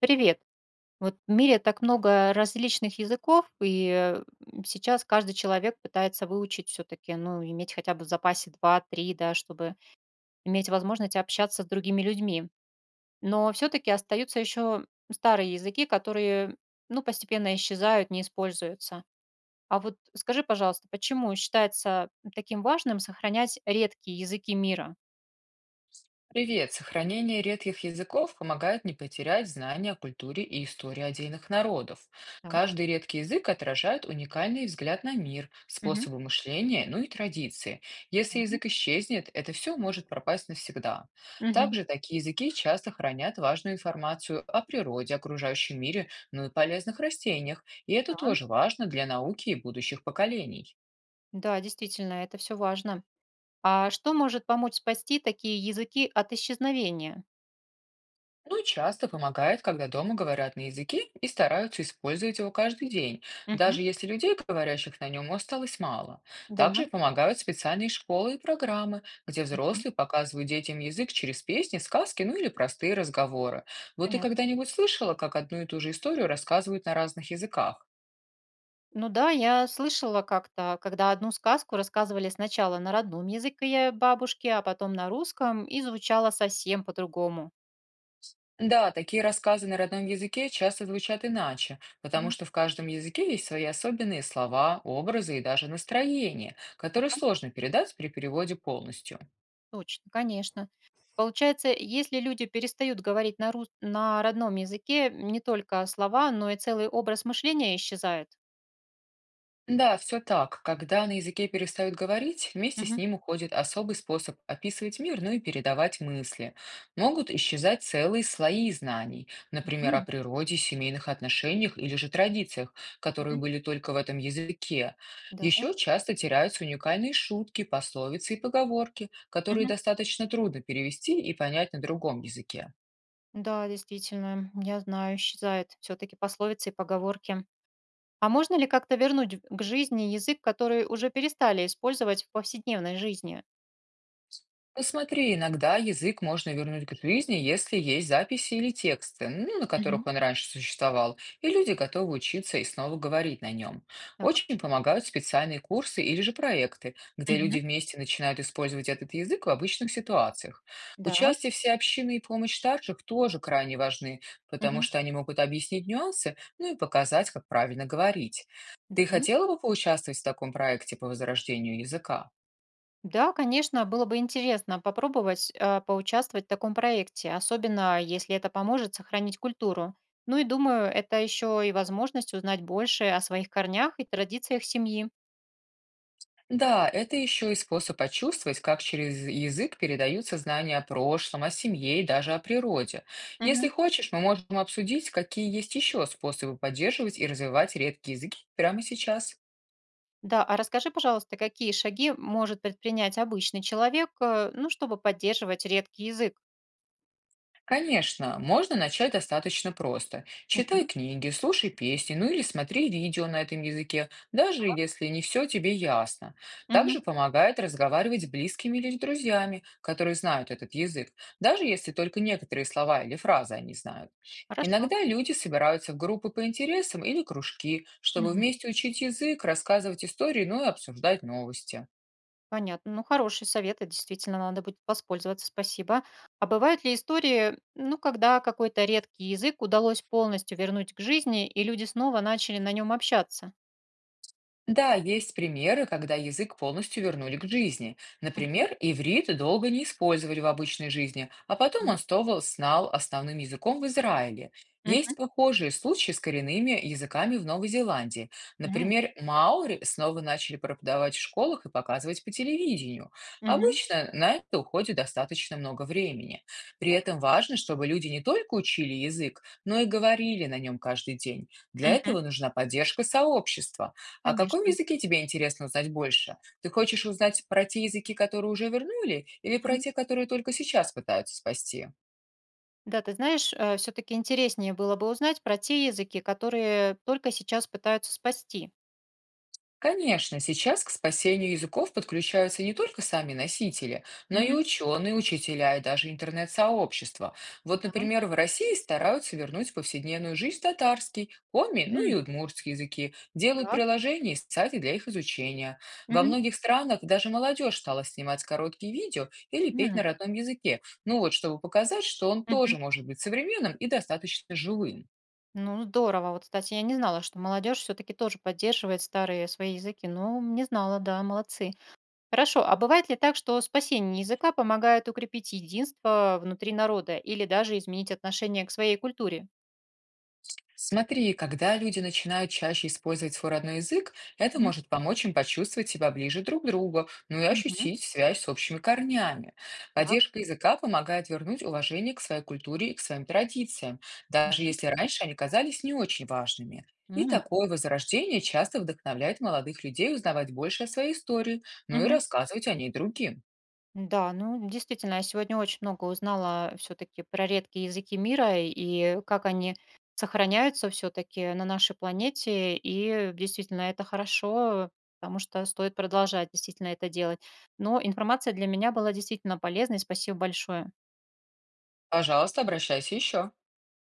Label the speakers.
Speaker 1: Привет. Вот в мире так много различных языков, сейчас каждый человек пытается выучить все-таки, ну, иметь хотя бы в запасе два-три, да, чтобы иметь возможность общаться с другими людьми. Но все-таки остаются еще старые языки, которые, ну, постепенно исчезают, не используются. А вот скажи, пожалуйста, почему считается таким важным сохранять редкие языки мира?
Speaker 2: Привет! Сохранение редких языков помогает не потерять знания о культуре и истории отдельных народов.
Speaker 1: Да.
Speaker 2: Каждый редкий язык отражает уникальный взгляд на мир,
Speaker 1: Мгм.
Speaker 2: способы мышления, ну и традиции. Если
Speaker 1: Да.
Speaker 2: язык исчезнет, это все может пропасть навсегда.
Speaker 1: Мгм.
Speaker 2: Также такие языки часто хранят важную информацию о природе, окружающем мире, ну и полезных растениях, и
Speaker 1: Да,
Speaker 2: это тоже важно для науки и будущих поколений.
Speaker 1: да, действительно, это все важно. А что может помочь спасти такие языки от исчезновения?
Speaker 2: Ну и часто помогает, когда дома говорят на языке и стараются использовать его каждый день,
Speaker 1: Мгм.
Speaker 2: даже если людей, говорящих на нем, осталось мало.
Speaker 1: Да.
Speaker 2: Также помогают специальные школы и программы, где
Speaker 1: Мгм.
Speaker 2: взрослые показывают детям язык через песни, сказки, ну или простые разговоры. Вот ты
Speaker 1: Понятно.
Speaker 2: когда-нибудь слышала, как одну и ту же историю рассказывают на разных языках?
Speaker 1: Ну да, я слышала как-то, когда одну сказку рассказывали сначала на родном языке бабушки, а потом на русском, и звучало совсем по-другому.
Speaker 2: Да, такие рассказы на родном языке часто звучат иначе, потому
Speaker 1: Мгм.
Speaker 2: что в каждом языке есть свои особенные слова, образы и даже настроения,
Speaker 1: Да,
Speaker 2: которые сложно передать при переводе полностью.
Speaker 1: точно, конечно. Получается, если люди перестают говорить на родном языке, не только слова, но и целый образ мышления исчезает.
Speaker 2: Да, все так. Когда на языке перестают говорить, вместе с
Speaker 1: Мгм.
Speaker 2: ним уходит особый способ описывать мир, ну и передавать мысли. Могут исчезать целые слои знаний, например, о
Speaker 1: Мгм.
Speaker 2: природе, семейных отношениях или же традициях, которые
Speaker 1: Мгм.
Speaker 2: были только в этом языке.
Speaker 1: Да.
Speaker 2: Еще часто теряются уникальные шутки, пословицы и поговорки, которые достаточно трудно перевести и понять на другом языке.
Speaker 1: Да, действительно, я знаю, исчезает все-таки пословицы и поговорки. А можно ли как-то вернуть к жизни язык, который уже перестали использовать в повседневной жизни?
Speaker 2: Ну смотри, иногда язык можно вернуть к жизни, если есть записи или тексты, ну, на
Speaker 1: Мгм.
Speaker 2: которых он раньше существовал, и люди готовы учиться и снова говорить на нем.
Speaker 1: Так.
Speaker 2: Очень помогают специальные курсы или же проекты, где
Speaker 1: Мгм.
Speaker 2: люди вместе начинают использовать этот язык в обычных ситуациях.
Speaker 1: Да.
Speaker 2: Участие всей общины и помощь старших тоже крайне важны, потому
Speaker 1: Мгм.
Speaker 2: что они могут объяснить нюансы, ну и показать, как правильно говорить. Ты
Speaker 1: Да.
Speaker 2: хотела бы поучаствовать в таком проекте по возрождению языка?
Speaker 1: Да, конечно, было бы интересно попробовать поучаствовать в таком проекте, особенно если это поможет сохранить культуру. Ну и думаю, это еще и возможность узнать больше о своих корнях и традициях семьи.
Speaker 2: Да, это еще и способ почувствовать, как через язык передаются знания о прошлом, о семье и даже о природе. Если хочешь, мы можем обсудить, какие есть еще способы поддерживать и развивать редкие языки прямо сейчас.
Speaker 1: Да, а расскажи, пожалуйста, какие шаги может предпринять обычный человек, ну, чтобы поддерживать редкий язык?
Speaker 2: Конечно, можно начать достаточно просто. Читай
Speaker 1: Мгм.
Speaker 2: книги, слушай песни, ну или смотри видео на этом языке, даже если не все тебе ясно.
Speaker 1: Мгм.
Speaker 2: Также помогает разговаривать с близкими или друзьями, которые знают этот язык, даже если только некоторые слова или фразы они знают.
Speaker 1: Хорошо.
Speaker 2: Иногда люди собираются в группы по интересам или кружки, чтобы
Speaker 1: Мгм.
Speaker 2: вместе учить язык, рассказывать истории, ну и обсуждать новости.
Speaker 1: Понятно. Ну, хорошие советы, действительно, надо будет воспользоваться, спасибо. А бывают ли истории, ну, когда какой-то редкий язык удалось полностью вернуть к жизни, и люди снова начали на нем общаться?
Speaker 2: Да, есть примеры, когда язык полностью вернули к жизни.
Speaker 1: Мгм.
Speaker 2: Например, иврит долго не использовали в обычной жизни, а потом
Speaker 1: Мгм.
Speaker 2: он снова стал основным языком в Израиле.
Speaker 1: Мгм.
Speaker 2: Есть похожие случаи с коренными языками в Новой Зеландии. Например, маори снова начали преподавать в школах и показывать по телевидению.
Speaker 1: Мгм.
Speaker 2: Обычно на это уходит достаточно много времени. При этом важно, чтобы люди не только учили язык, но и говорили на нем каждый день. Для
Speaker 1: Мгм.
Speaker 2: этого нужна поддержка сообщества. О каком
Speaker 1: Конечно.
Speaker 2: языке тебе интересно узнать больше? Ты хочешь узнать про те языки, которые уже вернули, или про те, которые только сейчас пытаются спасти?
Speaker 1: Да, ты знаешь, все-таки интереснее было бы узнать про те языки, которые только сейчас пытаются спасти.
Speaker 2: Конечно, сейчас к спасению языков подключаются не только сами носители, но и
Speaker 1: Мгм.
Speaker 2: ученые, учителя и даже интернет-сообщества. Вот,
Speaker 1: Да.
Speaker 2: например, в России стараются вернуть в повседневную жизнь татарский, коми, ну
Speaker 1: М.
Speaker 2: и удмуртский языки, делают
Speaker 1: Так.
Speaker 2: приложения и сайты для их изучения. Во
Speaker 1: Мгм.
Speaker 2: многих странах даже молодежь стала снимать короткие видео или петь
Speaker 1: М.
Speaker 2: на родном языке, ну вот, чтобы показать, что он
Speaker 1: Мгм.
Speaker 2: тоже может быть современным и достаточно живым.
Speaker 1: Ну, здорово. Вот, кстати, я не знала, что молодежь все-таки тоже поддерживает старые свои языки. Ну, не знала, да, молодцы. Хорошо. А бывает ли так, что спасение языка помогает укрепить единство внутри народа или даже изменить отношение к своей культуре?
Speaker 2: Смотри, когда люди начинают чаще использовать свой родной язык, это
Speaker 1: Мгм.
Speaker 2: может помочь им почувствовать себя ближе друг к другу, ну и
Speaker 1: Мгм.
Speaker 2: ощутить связь с общими корнями.
Speaker 1: Так.
Speaker 2: Поддержка языка помогает вернуть уважение к своей культуре и к своим традициям, даже если раньше они казались не очень важными. И
Speaker 1: Мгм.
Speaker 2: такое возрождение часто вдохновляет молодых людей узнавать больше о своей истории, ну и
Speaker 1: Мгм.
Speaker 2: рассказывать о ней другим.
Speaker 1: Да, ну действительно, я сегодня очень много узнала все-таки про редкие языки мира и как они сохраняются все-таки на нашей планете. И действительно это хорошо, потому что стоит продолжать действительно это делать. Но информация для меня была действительно полезной. Спасибо большое.
Speaker 2: Пожалуйста, обращайся еще.